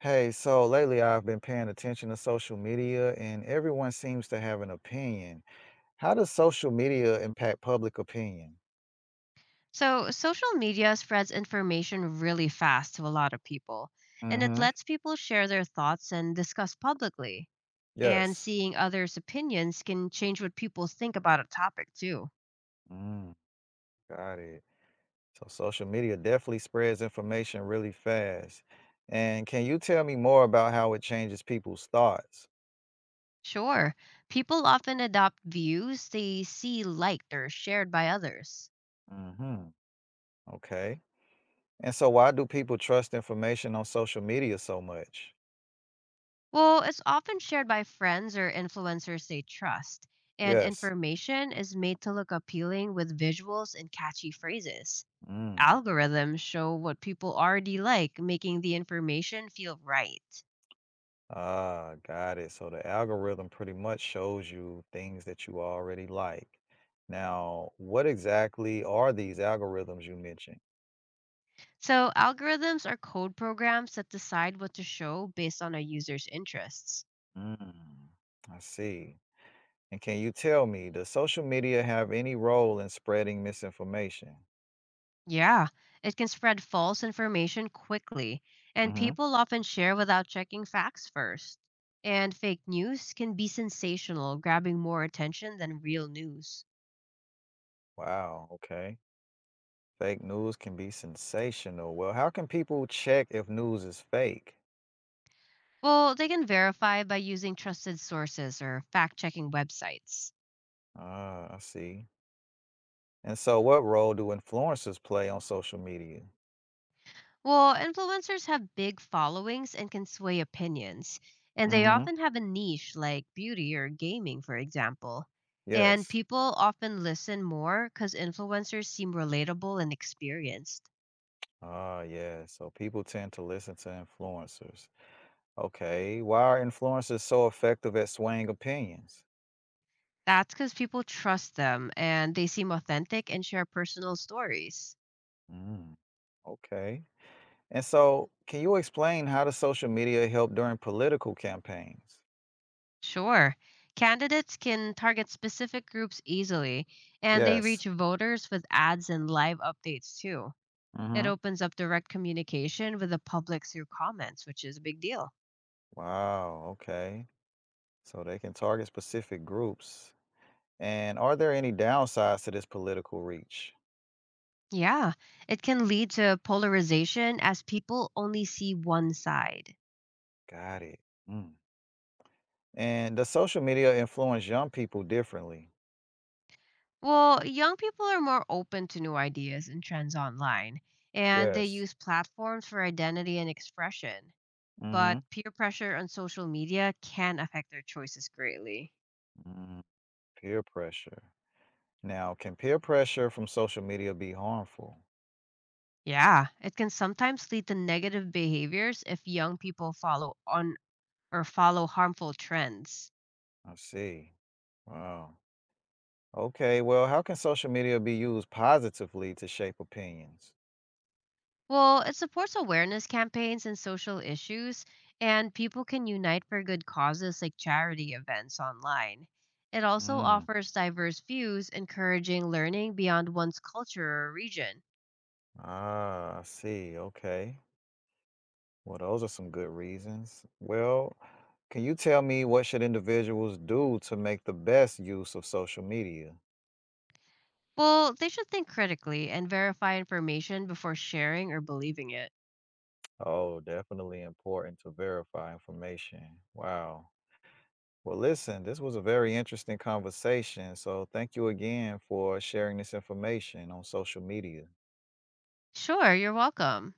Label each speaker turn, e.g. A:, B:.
A: Hey, so lately I've been paying attention to social media and everyone seems to have an opinion. How does social media impact public opinion?
B: So, social media spreads information really fast to a lot of people, and it
A: Mm-hmm.
B: lets people share their thoughts and discuss publicly. And
A: Yes.
B: seeing others' opinions can change what people think about a topic, too.
A: Mm, got it. So social media definitely spreads information really fast. And can you tell me more about how it changes people's thoughts?
B: Sure, people often adopt views they see liked or shared by others.
A: Mm-hmm. Okay. And so why do people trust information on social media so much?
B: Well, it's often shared by friends or influencers they trust, and
A: Yes.
B: information is made to look appealing with visuals and catchy phrases.
A: Mm.
B: Algorithms show what people already like, making the information feel right.
A: Ah, got it. So the algorithm pretty much shows you things that you already like. Now, what exactly are these algorithms you mentioned?
B: So, algorithms are code programs that decide what to show based on a user's interests.
A: Mm, I see. And can you tell me, does social media have any role in spreading misinformation?
B: Yeah, it can spread false information quickly, and
A: Hmm.
B: people often share without checking facts first. And fake news can be sensational, grabbing more attention than real news.
A: Wow, okay. Fake news can be sensational. Well, how can people check if news is fake?
B: Well, they can verify by using trusted sources or fact checking websites.
A: Ah, I see. And so, what role do influencers play on social media?
B: Well, influencers have big followings and can sway opinions, and they
A: Hmm.
B: often have a niche like beauty or gaming, for example. And
A: Yes.
B: people often listen more because influencers seem relatable and experienced.
A: Ah, yeah. So people tend to listen to influencers. Okay. Why are influencers so effective at swaying opinions?
B: That's because people trust them and they seem authentic and share personal stories.
A: Mm, okay. And so, can you explain how does social media help during political campaigns?
B: Sure, candidates can target specific groups easily, and they
A: Yes.
B: reach voters with ads and live updates too. It
A: Mm-hmm.
B: opens up direct communication with the public through comments, which is a big deal.
A: Wow. Okay. So they can target specific groups. And are there any downsides to this political reach?
B: Yeah, it can lead to polarization as people only see one side.
A: Got it. Mm. And does social media influence young people differently?
B: Well, young people are more open to new ideas and trends online, and they
A: Yes.
B: use platforms for identity and expression. But peer pressure on social media can affect their choices greatly.
A: Mm-hmm. Peer pressure. Now, can peer pressure from social media be harmful?
B: Yeah, it can sometimes lead to negative behaviors if young people follow on or follow harmful trends.
A: I see. Wow. Okay, well, how can social media be used positively to shape opinions?
B: Well, it supports awareness campaigns and social issues, and people can unite for good causes like charity events online. It also
A: Mm.
B: offers diverse views, encouraging learning beyond one's culture or region.
A: Ah, I see. Okay. Well, those are some good reasons. Well, can you tell me what should individuals do to make the best use of social media?
B: Well, they should think critically and verify information before sharing or believing it.
A: Oh, definitely important to verify information. Wow. Well, listen, this was a very interesting conversation. So, thank you again for sharing this information on social media.
B: Sure, you're welcome.